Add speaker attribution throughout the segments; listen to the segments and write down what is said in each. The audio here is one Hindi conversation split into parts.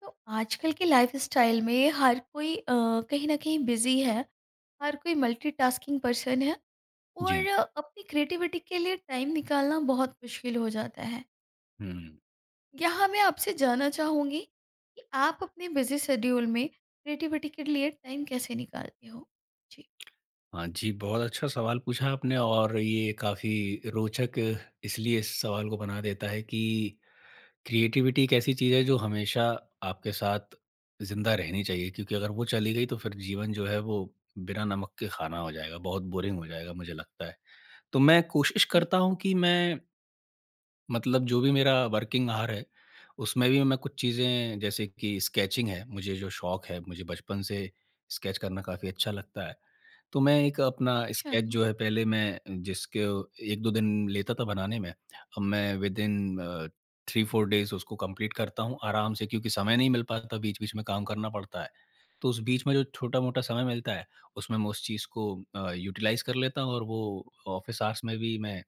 Speaker 1: तो आजकल के लाइफस्टाइल में हर कोई कहीं न कहीं बिज़ी है। हर कोई मल्टीटास्किंग पर्सन है
Speaker 2: जी।
Speaker 1: और अपनी क्रिएटिविटी के लिए टाइम निकालना बहुत मुश्किल हो जाता है।
Speaker 2: हुँ।
Speaker 1: यहाँ मैं आपसे जानना चाहूँगी कि आप अपने बिज़ी शेड्यूल में क्रिएटिविटी के लिए टाइम कैसे निकालते हो? जी।
Speaker 2: हाँ जी, बहुत अच्छा सवाल पूछा आपने और ये काफ़ी रोचक इसलिए इस सवाल को बना देता है कि क्रिएटिविटी एक ऐसी चीज़ है जो हमेशा आपके साथ ज़िंदा रहनी चाहिए क्योंकि अगर वो चली गई तो फिर जीवन जो है वो बिना नमक के खाना हो जाएगा, बहुत बोरिंग हो जाएगा मुझे लगता है। तो मैं कोशिश
Speaker 1: हुँ।
Speaker 2: करता हूँ कि मैं मतलब जो भी मेरा वर्किंग आवर है, उसमें भी मैं कुछ चीज़ें जैसे कि स्केचिंग है, मुझे जो शौक है, मुझे बचपन से स्केच करना काफ़ी अच्छा लगता है। तो मैं एक अपना
Speaker 1: अच्छा,
Speaker 2: स्केच
Speaker 1: ना,
Speaker 2: जो है पहले मैं जिसके 1-2 दिन लेता था बनाने में, अब मैं विदिन अ, 3-4 डेज़ उसको कंप्लीट करता हूँ आराम से क्योंकि समय नहीं मिल पाता, बीच-बीच में काम करना पड़ता है। तो उस बीच में जो छोटा-मोटा समय मिलता है, उसमें मैं उस चीज़ को यूटिलाइज़ कर लेता हूँ और वो ऑफ़िस आवर्स में भी मैं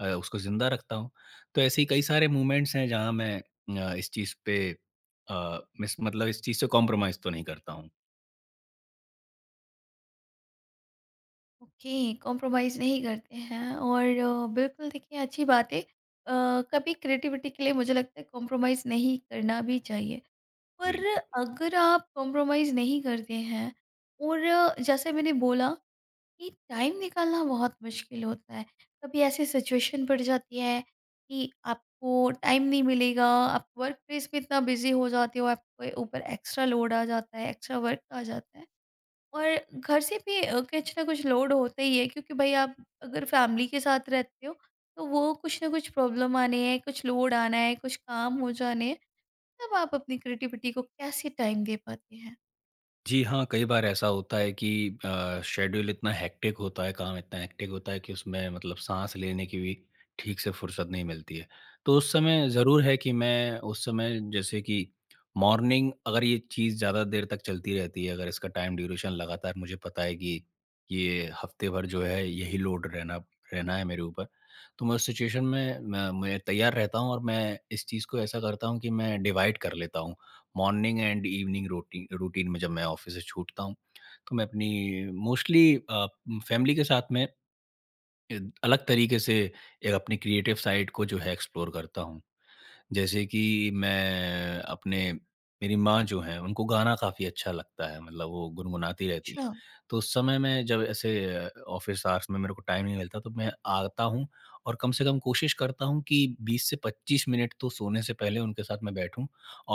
Speaker 2: उसको ज़िंदा रखता हूँ। तो ऐसे ही कई सारे मूवमेंट्स हैं जहाँ मैं इस चीज़ पे अ, मिस मतलब इस चीज़ से कॉम्प्रोमाइज़ तो नहीं करता हूँ।
Speaker 1: ओके। कॉम्प्रोमाइज़ नहीं करते हैं और बिल्कुल देखिए अच्छी बात है। कभी क्रिएटिविटी के लिए मुझे लगता है कॉम्प्रोमाइज़ नहीं करना भी चाहिए। पर
Speaker 2: बिल्कुल।
Speaker 1: अगर आप कॉम्प्रोमाइज़ नहीं करते हैं और जैसे मैंने बोला कि टाइम निकालना बहुत मुश्किल होता है। कभी ऐसी सिचुएशन पड़ जाती है कि आपको टाइम नहीं मिलेगा, आप वर्क प्लेस में इतना बिज़ी हो जाते हो, आपके ऊपर एक्स्ट्रा लोड आ जाता है, एक्स्ट्रा वर्क आ जाता है। और घर से भी कुछ ना कुछ लोड होता ही है क्योंकि भाई आप अगर फैमिली के साथ रहते हो, तो वो कुछ ना कुछ प्रॉब्लम आने हैं, कुछ लोड आना है, कुछ काम हो जाने हैं। तब आप अपनी क्रिएटिविटी को कैसे टाइम दे पाते हैं?
Speaker 2: जी हाँ, कई बार ऐसा होता है कि शेड्यूल इतना हेक्टिक होता है, काम इतना हेक्टिक होता है कि उसमें मतलब साँस लेने की भी ठीक से फुर्सत नहीं मिलती है। तो उस समय ज़रूर है कि मैं उस समय जैसे कि मॉर्निंग अगर ये चीज़ ज़्यादा देर तक चलती रहती है, अगर इसका टाइम ड्यूरेशन लगातार मुझे पता है कि ये हफ़्ते भर जो है यही लोड रहना रहना है मेरे ऊपर, तो मैं उस सिचुएशन में मैं तैयार रहता हूँ और मैं इस चीज़ को ऐसा करता हूँ कि मैं डिवाइड कर लेता हूँ। Morning and evening routine routine में जब मैं ऑफिस से छूटता हूँ, तो मैं अपनी मोस्टली फैमिली के साथ में अ, अलग तरीके से अपनी क्रिएटिव साइड को जो है एक्सप्लोर करता हूँ। जैसे कि मैं अपने मेरी माँ जो हैं, उनको गाना काफ़ी अच्छा लगता है, मतलब वो गुनगुनाती रहती हैं।
Speaker 1: अच्छा,
Speaker 2: तो उस समय मैं जब ऐसे ऑफ़िस आवर्स में मेरे को टाइम नहीं मिलता, तो मैं आता हूँ और कम से कम कोशिश करता हूँ कि 20 से 25 मिनट तो सोने से पहले उनके साथ मैं बैठूँ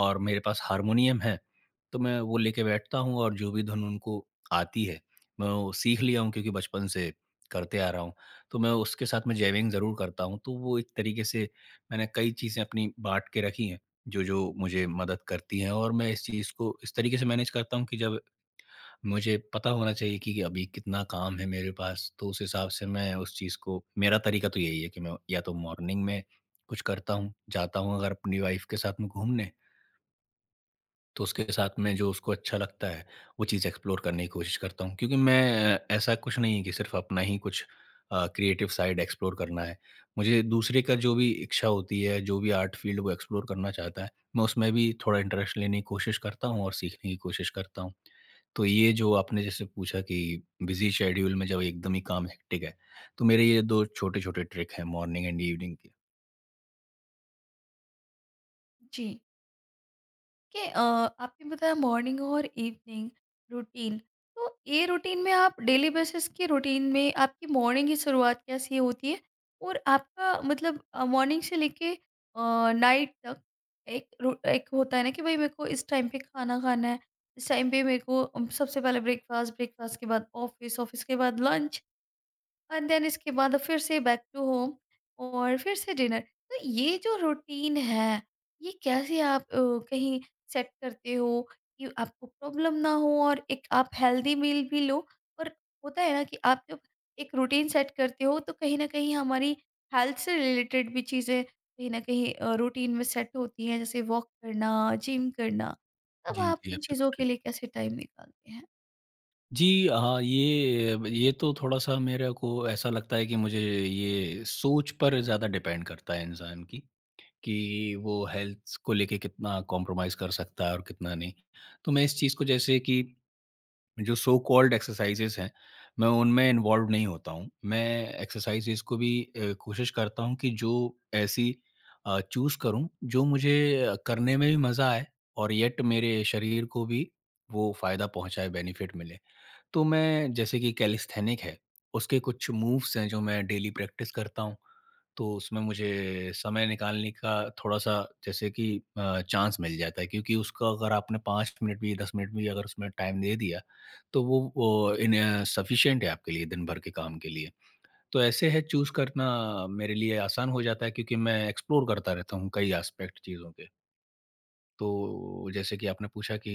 Speaker 2: और मेरे पास हारमोनियम है, तो मैं वो लेके बैठता हूँ और जो भी धुन उनको आती है, मैं वो सीख लिया हूँ क्योंकि बचपन से करते आ रहा हूँ। तो मैं उसके साथ में जैमिंग ज़रूर करता हूँ, तो वो एक तरीके से मैंने कई चीज़ें अपनी बाँट के रखी हैं, जो-जो मुझे मदद करती हैं और मैं इस चीज़ को इस तरीके से मैनेज करता हूँ कि जब मुझे पता होना चाहिए कि अभी कितना काम है मेरे पास, तो उस हिसाब से मैं उस चीज़ को मेरा तरीका तो यही है कि मैं या तो मॉर्निंग में कुछ करता हूँ, जाता हूँ अगर अपनी वाइफ़ के साथ में घूमने तो उसके साथ में जो उसको अच्छा लगता है, वो चीज़ एक्सप्लोर करने की कोशिश करता हूँ। क्योंकि मैं ऐसा कुछ नहीं है कि सिर्फ़ अपना ही कुछ क्रिएटिव साइड एक्सप्लोर करना है। मुझे दूसरे का जो भी इच्छा होती है, जो भी आर्ट फ़ील्ड वो एक्सप्लोर करना चाहता है, मैं उसमें भी थोड़ा इंटरेस्ट लेने की कोशिश करता हूँ और सीखने की कोशिश करता हूँ। तो ये जो आपने जैसे पूछा कि बिज़ी शेड्यूल में जब एकदम ही काम हेक्टिक है, तो मेरे ये 2 छोटे-छोटे ट्रिक हैं मॉर्निंग एंड इवनिंग के।
Speaker 1: जी। के आपने बताया मॉर्निंग और इवनिंग रूटीन, तो ये रूटीन में आप डेली बेसिस के रूटीन में आपकी मॉर्निंग की शुरुआत कैसे होती है? और आपका मतलब मॉर्निंग से लेके नाइट तक एक होता है ना कि भई मेरे को इस टाइम पे खाना खाना है, इस टाइम पे मेरे को सबसे पहले ब्रेकफास्ट, ब्रेकफास्ट के बाद ऑफ़िस, ऑफ़िस के बाद लंच, एंड देन इसके बाद फिर से बैक टू होम और फिर से डिनर। तो ये जो रूटीन है, ये कैसे आप कहीं सेट करते हो कि आपको प्रॉब्लम ना हो और एक आप हेल्दी मील भी लो, और होता है ना कि आप जब एक रूटीन सेट करते हो तो कहीं ना कहीं हमारी हेल्थ से रिलेटेड भी चीज़ें कहीं ना कहीं रूटीन में सेट होती हैं, जैसे वॉक करना, जिम करना। तब
Speaker 2: जी,
Speaker 1: आप
Speaker 2: जी।
Speaker 1: इन चीज़ों के
Speaker 2: एब्सोल्युटली।
Speaker 1: लिए कैसे टाइम निकालते हैं?
Speaker 2: जी, हाँ, ये तो थोड़ा-सा मेरे को ऐसा लगता है कि मुझे ये सोच पर ज़्यादा डिपेंड करता है इंसान की, कि वो हेल्थ को लेके कितना कॉम्प्रोमाइज़ कर सकता है और कितना नहीं। तो मैं इस चीज़ को जैसे कि जो सो कॉल्ड एक्सरसाइज़ेज़ हैं, मैं उनमें इन्वॉल्व नहीं होता हूँ। मैं एक्सरसाइज़ेज़ को भी कोशिश करता हूँ कि जो ऐसी चूज़ करूँ, जो मुझे करने में भी मज़ा आए और येट मेरे शरीर को भी वो फ़ायदा पहुँचाए, बेनिफिट मिले। तो मैं जैसे कि कैलिस्थेनिक है, उसके कुछ मूव्स हैं जो मैं डेली प्रैक्टिस करता हूँ, तो उसमें मुझे समय निकालने का थोड़ा-सा जैसे कि चांस मिल जाता है क्योंकि उसका अगर आपने 5 मिनट भी 10 मिनट भी अगर उसमें टाइम दे दिया, तो वो सफिशिएंट है आपके लिए दिन भर के काम के लिए। तो ऐसे है चूज़ करना मेरे लिए आसान हो जाता है क्योंकि मैं एक्सप्लोर करता रहता हूँ कई एस्पेक्ट चीज़ों के। तो जैसे कि आपने पूछा कि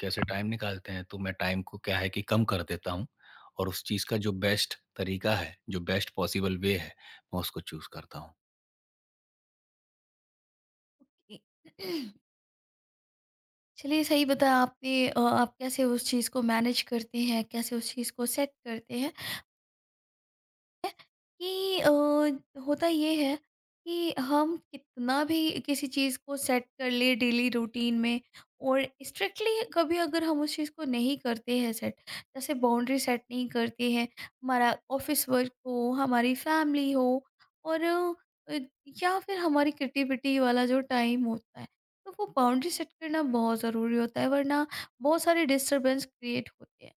Speaker 2: कैसे टाइम निकालते हैं, तो मैं टाइम को क्या है कि कम कर देता हूँ और उस चीज़ का जो बेस्ट तरीका है, जो बेस्ट पॉसिबल वे है, मैं उसको चूज़ करता हूँ।
Speaker 1: ओके। चलिए, सही बताया आपने आप कैसे उस चीज़ को मैनेज करते हैं, कैसे उस चीज़ को सेट करते हैं। कि होता ये है कि हम कितना भी किसी चीज़ को सेट कर ले डेली रूटीन में और स्ट्रिक्टली कभी अगर हम उस चीज़ को नहीं करते हैं सेट, जैसे बाउंड्री सेट नहीं करते हैं, हमारा ऑफिस वर्क हो, हमारी फैमिली हो और या फिर हमारी क्रिएटिविटी वाला जो टाइम होता है, तो वो बाउंड्री सेट करना बहुत ज़रूरी होता है, वरना बहुत सारे डिस्टरबेंस क्रिएट होते हैं।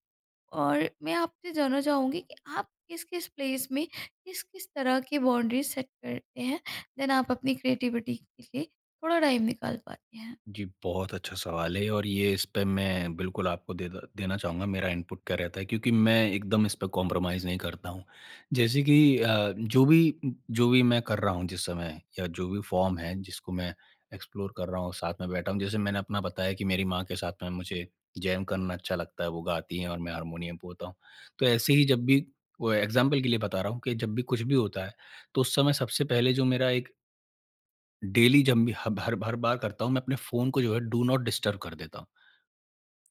Speaker 1: और मैं आपसे जानना चाहूँगी कि आप किस-किस प्लेस में किस-किस तरह की बाउंड्रीज सेट करते हैं, देन आप अपनी क्रिएटिविटी के लिए थोड़ा टाइम निकाल पाते हैं?
Speaker 2: जी, बहुत अच्छा सवाल है और ये इस पे मैं बिल्कुल आपको दे द देना चाहूँगा, मेरा इनपुट क्या रहता है क्योंकि मैं एकदम इस पे कॉम्प्रोमाइज़ नहीं करता हूँ। जैसे कि जो भी मैं कर रहा हूँ जिस समय या जो भी फ़ॉर्म है जिसको मैं एक्सप्लोर कर रहा हूँ, साथ में बैठा हूँ, जैसे मैंने अपना बताया कि मेरी माँ के साथ में मुझे जैम करना अच्छा लगता है, वो गाती हैं और मैं हारमोनियम पे होता हूँ। तो ऐसे ही जब भी वो एग्ज़ाम्पल के लिए बता रहा हूँ कि जब भी कुछ भी होता है, तो उस समय सबसे पहले जो मेरा एक डेली जब भी हब हर हर बार करता हूँ, मैं अपने फ़ोन को जो है डू नॉट डिस्टर्ब कर देता हूँ।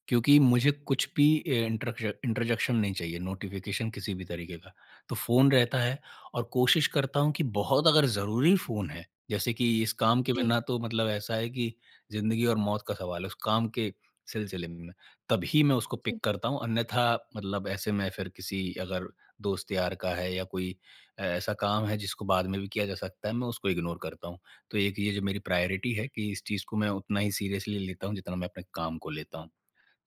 Speaker 2: क्योंकि मुझे कुछ भी ए, इंटरक्श इंटरजेक्शन नहीं चाहिए, नोटिफ़िकेशन किसी भी तरीके का। तो फ़ोन रहता है और कोशिश करता हूँ कि बहुत अगर ज़रूरी फ़ोन है, जैसे कि इस काम के
Speaker 1: जी।
Speaker 2: बिना तो मतलब ऐसा है कि ज़िंदगी और मौत का सवाल है, उस काम के सिलसिले में, तभी मैं उसको पिक
Speaker 1: जी।
Speaker 2: करता हूँ, अन्यथा मतलब ऐसे में फिर किसी अगर दोस्त यार का है या कोई ऐसा काम है जिसको बाद में भी किया जा सकता है, मैं उसको इग्नोर करता हूँ। तो एक ये जो मेरी प्रायोरिटी है कि इस चीज़ को मैं उतना ही सीरियसली लेता हूँ, जितना मैं अपने काम को लेता हूँ।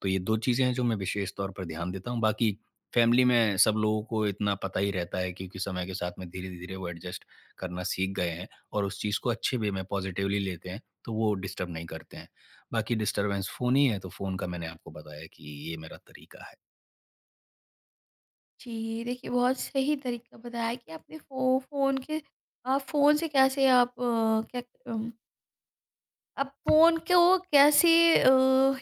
Speaker 2: तो ये 2 चीज़ें हैं जो मैं विशेष तौर पर ध्यान देता हूँ। बाकी फ़ैमिली में सब लोगों को इतना पता ही रहता है क्योंकि समय के साथ में धीरे-धीरे वो एडजस्ट करना सीख गए हैं और उस चीज़ को अच्छे वे में पॉज़िटिवली लेते हैं, तो वो डिस्टर्ब नहीं करते हैं। बाकी डिस्टर्बेंस फ़ोन ही है, तो फ़ोन का मैंने आपको बताया कि ये मेरा तरीका है।
Speaker 1: जी, देखिए बहुत सही तरीका बताया कि आपने फ़ोन के, आप फ़ोन से कैसे आप अम, आप फ़ोन को कैसे अ,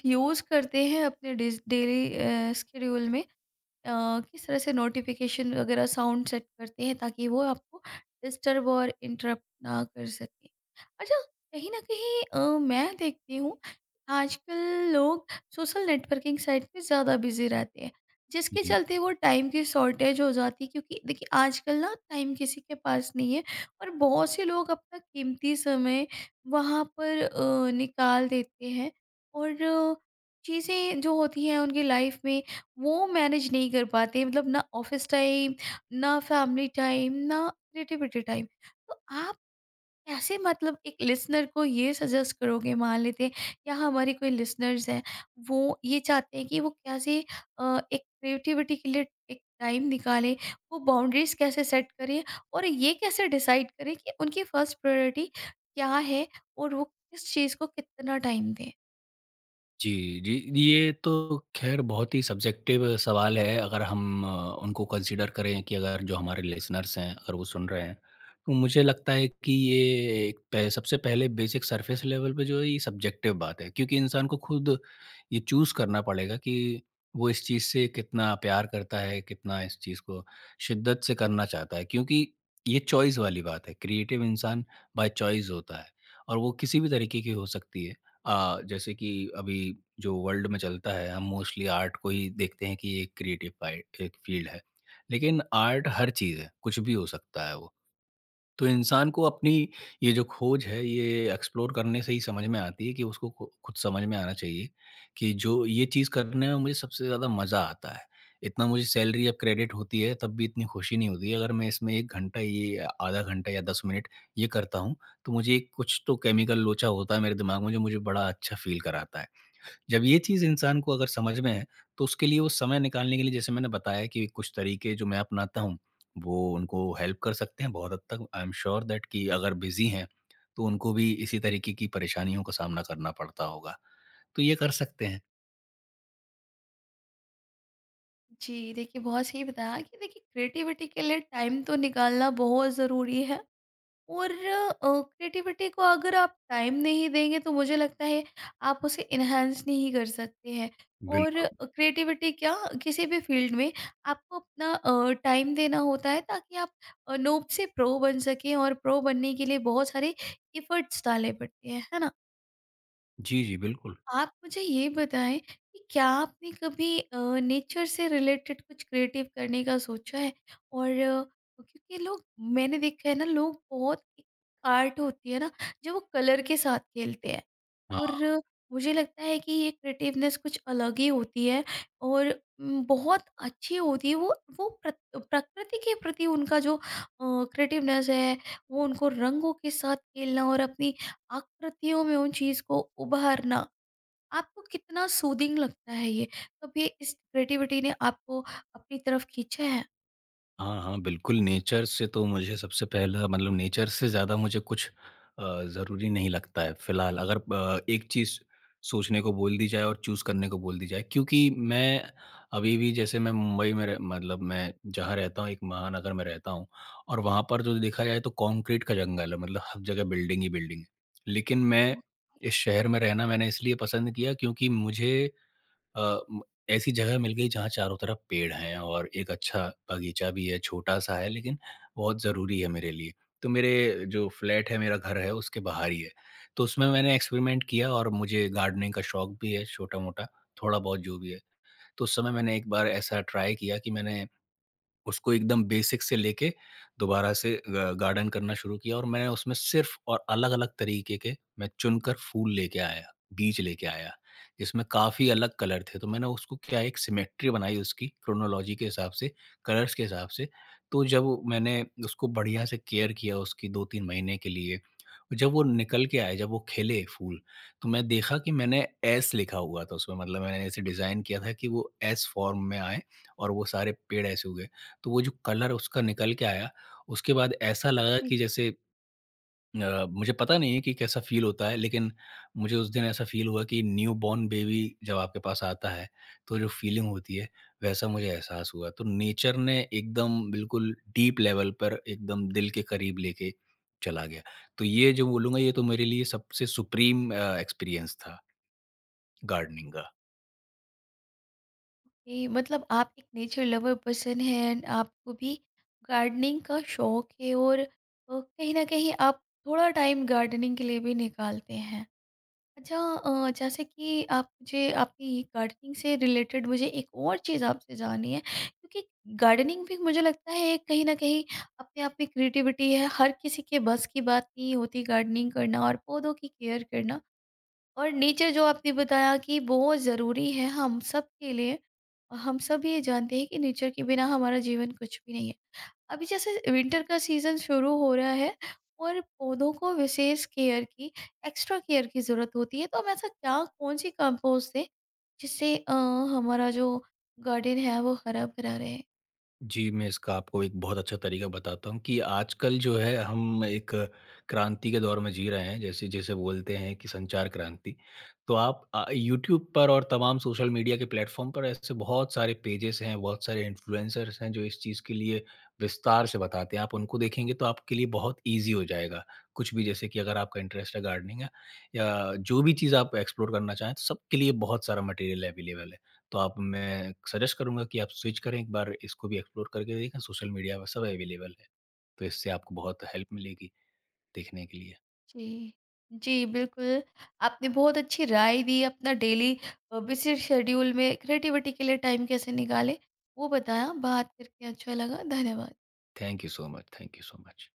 Speaker 1: यूज़ करते हैं अपने डिज़ डेली शेड्यूल में? अ, किस तरह से नोटिफिकेशन वगैरह साउंड सेट करते हैं ताकि वो आपको डिस्टर्ब और इंटरप्ट ना कर सके। अच्छा, कहीं न कहीं मैं देखती हूँ आजकल लोग सोशल नेटवर्किंग साइट पे ज़्यादा बिज़ी रहते हैं, जिसके चलते वो टाइम की शॉर्टेज हो जाती है क्योंकि देखिए आजकल ना टाइम किसी के पास नहीं है, और बहुत से लोग अपना कीमती समय वहाँ पर निकाल देते हैं, और चीज़ें जो होती हैं उनकी लाइफ में, वो मैनेज नहीं कर पाते, मतलब ना ऑफिस टाइम, ना फैमिली टाइम, ना क्रिएटिविटी टाइम। तो आप कैसे, मतलब एक लिसनर को ये सजेस्ट करोगे, मान लेते हैं या हमारे कोई लिसनर्स हैं, वो ये चाहते हैं कि वो कैसे एक क्रिएटिविटी के लिए एक टाइम निकालें, वो बाउंड्रीज़ कैसे सेट करें, और ये कैसे डिसाइड करें कि उनकी फर्स्ट प्रायोरिटी क्या है और वो किस चीज़ को कितना टाइम दें?
Speaker 2: जी, जी, ये तो ख़ैर बहुत ही सब्जेक्टिव सवाल है अगर हम उनको कंसीडर करें कि अगर जो हमारे लिसनर्स हैं, अगर वो सुन रहे हैं, तो मुझे लगता है कि ये एक पह सबसे पहले बेसिक सरफेस लेवल पे जो है ये सब्जेक्टिव बात है क्योंकि इंसान को खुद ये चूज़ करना पड़ेगा कि वो इस चीज़ से कितना प्यार करता है, कितना इस चीज़ को शिद्दत से करना चाहता है क्योंकि ये चॉइस वाली बात है, क्रिएटिव इंसान बाय चॉइस होता है और वो किसी भी तरीके की हो सकती है। जैसे कि अभी जो वर्ल्ड में चलता है हम मोस्टली आर्ट को ही देखते हैं कि ये क्रिएटिव एक क्रिएटिव एक फील्ड है, लेकिन आर्ट हर चीज़ है, कुछ भी हो सकता है वो। तो इंसान को अपनी ये जो खोज है, ये एक्सप्लोर करने से ही समझ में आती है कि उसको खु खुद समझ में आना चाहिए कि जो ये चीज़ करने में मुझे सबसे ज़्यादा मज़ा आता है। इतना मुझे सैलरी या क्रेडिट होती है, तब भी इतनी खुशी नहीं होती है। अगर मैं इसमें 1 घंटा ये आधा घंटा या 10 मिनट ये करता हूँ, तो मुझे एक कुछ तो केमिकल लोचा होता है मेरे दिमाग में जो मुझे बड़ा अच्छा फ़ील कराता है। जब ये चीज़ इंसान को अगर समझ में है, तो उसके लिए वो समय निकालने के लिए जैसे मैंने बताया कि कुछ तरीके जो मैं अपनाता हूँ, वो उनको हेल्प कर सकते हैं बहुत हद तक। आई एम श्योर दैट कि अगर बिज़ी हैं, तो उनको भी इसी तरीके की परेशानियों का सामना करना पड़ता होगा। तो ये कर सकते हैं।
Speaker 1: जी, देखिए बहुत सही बताया कि देखिए क्रिएटिविटी के लिए टाइम तो निकालना बहुत ज़रूरी है, और क्रिएटिविटी को अगर आप टाइम नहीं देंगे तो मुझे लगता है आप उसे एनहांस नहीं कर सकते हैं। और
Speaker 2: बिल्कुल।
Speaker 1: क्रिएटिविटी क्या किसी भी फील्ड में आपको अपना टाइम देना होता है ताकि आप नोब से प्रो बन सकें, और प्रो बनने के लिए बहुत सारे एफर्ट्स डालने पड़ते हैं, है ना?
Speaker 2: जी, जी, बिल्कुल।
Speaker 1: आप मुझे ये बताएँ कि क्या आपने कभी नेचर से रिलेटेड कुछ क्रिएटिव करने का सोचा है? और क्योंकि लोग, मैंने देखा है ना, लोग बहुत आर्ट होती है ना, जो वो कलर के साथ खेलते हैं, और मुझे लगता है कि ये क्रिएटिवनेस कुछ अलग ही होती है और बहुत अच्छी होती है, वो प्रत प्रकृति के प्रति उनका जो क्रिएटिवनेस है, वो उनको रंगों के साथ खेलना और अपनी आकृतियों में उन चीज़ को उभारना। आपको कितना सूदिंग लगता है ये? कभी इस क्रिएटिविटी ने आपको अपनी तरफ खींचा है?
Speaker 2: हाँ, हाँ, बिल्कुल नेचर से तो मुझे सबसे पहला मतलब नेचर से ज़्यादा मुझे कुछ ज़रूरी नहीं लगता है फ़िलहाल अगर ब एक चीज़ सोचने को बोल दी जाए और चूज़ करने को बोल दी जाए क्योंकि मैं अभी भी जैसे मैं मुंबई में रह मतलब मैं जहाँ रहता हूँ एक महानगर में रहता हूँ और वहाँ पर जो देखा जाए तो कंक्रीट का जंगल है, मतलब हर जगह बिल्डिंग ही बिल्डिंग है। लेकिन मैं इस शहर में रहना मैंने इसलिए पसंद किया क्योंकि मुझे अ, म ऐसी जगह मिल गई जहाँ चारों तरफ पेड़ हैं और एक अच्छा बगीचा भी है, छोटा-सा है लेकिन बहुत ज़रूरी है मेरे लिए। तो मेरे जो फ्लैट है, मेरा घर है, उसके बाहर ही है। तो उसमें मैंने एक्सपेरिमेंट किया और मुझे गार्डनिंग का शौक भी है छोटा-मोटा, थोड़ा-बहुत जो भी है। तो उस समय मैंने एक बार ऐसा ट्राई किया कि मैंने उसको एकदम बेसिक से लेके दोबारा से ग गार्डन करना शुरू किया और मैंने उसमें सिर्फ़ और अलग-अलग तरीके के मैं चुनकर फूल लेके आया, बीज लेके आया, जिसमें काफ़ी अलग कलर थे। तो मैंने उसको क्या एक सिमेट्री बनाई उसकी क्रोनोलॉजी के हिसाब से, कलर्स के हिसाब से। तो जब मैंने उसको बढ़िया से केयर किया उसकी 2-3 महीने के लिए, जब वो निकल के आए, जब वो खिले फूल, तो मैं देखा कि मैंने एस लिखा हुआ था उसमें, मतलब मैंने ऐसे डिज़ाइन किया था कि वो एस फ़ॉर्म में आएँ और वो सारे पेड़ ऐसे उगें। तो वो जो कलर उसका निकल के आया, उसके बाद ऐसा लगा कि जैसे मुझे पता नहीं है कि कैसा फ़ील होता है, लेकिन मुझे उस दिन ऐसा फ़ील हुआ कि न्यू बॉर्न बेबी जब आपके पास आता है, तो जो फ़ीलिंग होती है, वैसा मुझे एहसास हुआ। तो नेचर ने एकदम बिल्कुल डीप लेवल पर एकदम दिल के करीब लेके चला गया। तो ये जो बोलूँगा, ये तो मेरे लिए सबसे सुप्रीम एक्सपीरियंस था गार्डनिंग का।
Speaker 1: ओके, मतलब आप एक नेचर लवर पर्सन हैं एंड आपको भी गार्डनिंग का शौक है और कहीं न कहीं आप थोड़ा टाइम गार्डनिंग के लिए भी निकालते हैं। अच्छा, जैसे कि आप मुझे आपकी ये गार्डनिंग से रिलेटेड, मुझे एक और चीज़ आपसे जाननी है क्योंकि गार्डनिंग भी मुझे लगता है कहीं ना कहीं अपने आप में क्रिएटिविटी है, हर किसी के बस की बात नहीं होती गार्डनिंग करना और पौधों की केयर करना, और नेचर जो आपने बताया कि बहुत ज़रूरी है हम सब के लिए, और हम सब ये जानते हैं कि नेचर के बिना हमारा जीवन कुछ भी नहीं है। अभी जैसे विंटर का सीज़न शुरू हो रहा है और पौधों को विशेष केयर की, एक्स्ट्रा केयर की ज़रूरत होती है, तो हम ऐसा क्या, कौन सी कंपोस्ट दें जिससे हमारा जो गार्डन है वो हरा-भरा रहे?
Speaker 2: जी, मैं इसका आपको एक बहुत अच्छा तरीका बताता हूँ कि आजकल जो है हम एक क्रांति के दौर में जी रहे हैं, जैसे जिसे बोलते हैं कि संचार क्रांति। तो आप यूट्यूब पर और तमाम सोशल मीडिया के प्लेटफ़ॉर्म पर ऐसे बहुत सारे पेजेज़ हैं, बहुत सारे इन्फ्लुएंसर्स हैं जो इस चीज़ के लिए विस्तार से बताते हैं। आप उनको देखेंगे तो आपके लिए बहुत ईज़ी हो जाएगा, कुछ भी जैसे कि अगर आपका इंटरेस्ट है गार्डनिंग या जो भी चीज़ आप एक्सप्लोर करना चाहें, तो सबके लिए बहुत सारा मटेरियल अवेलेबल है। तो आप मैं सजेस्ट करूँगा कि आप स्विच करें एक बार, इसको भी एक्सप्लोर करके देखें, सोशल मीडिया पर सब अवेलेबल है। तो इससे आपको बहुत हेल्प मिलेगी देखने के लिए।
Speaker 1: जी। जी, बिल्कुल। आपने बहुत अच्छी राय दी, अपना डेली बिज़ी शेड्यूल में क्रिएटिविटी के लिए टाइम कैसे निकालें, वो बताया। बात करके अच्छा लगा। धन्यवाद।
Speaker 2: Thank you so much, thank you so much.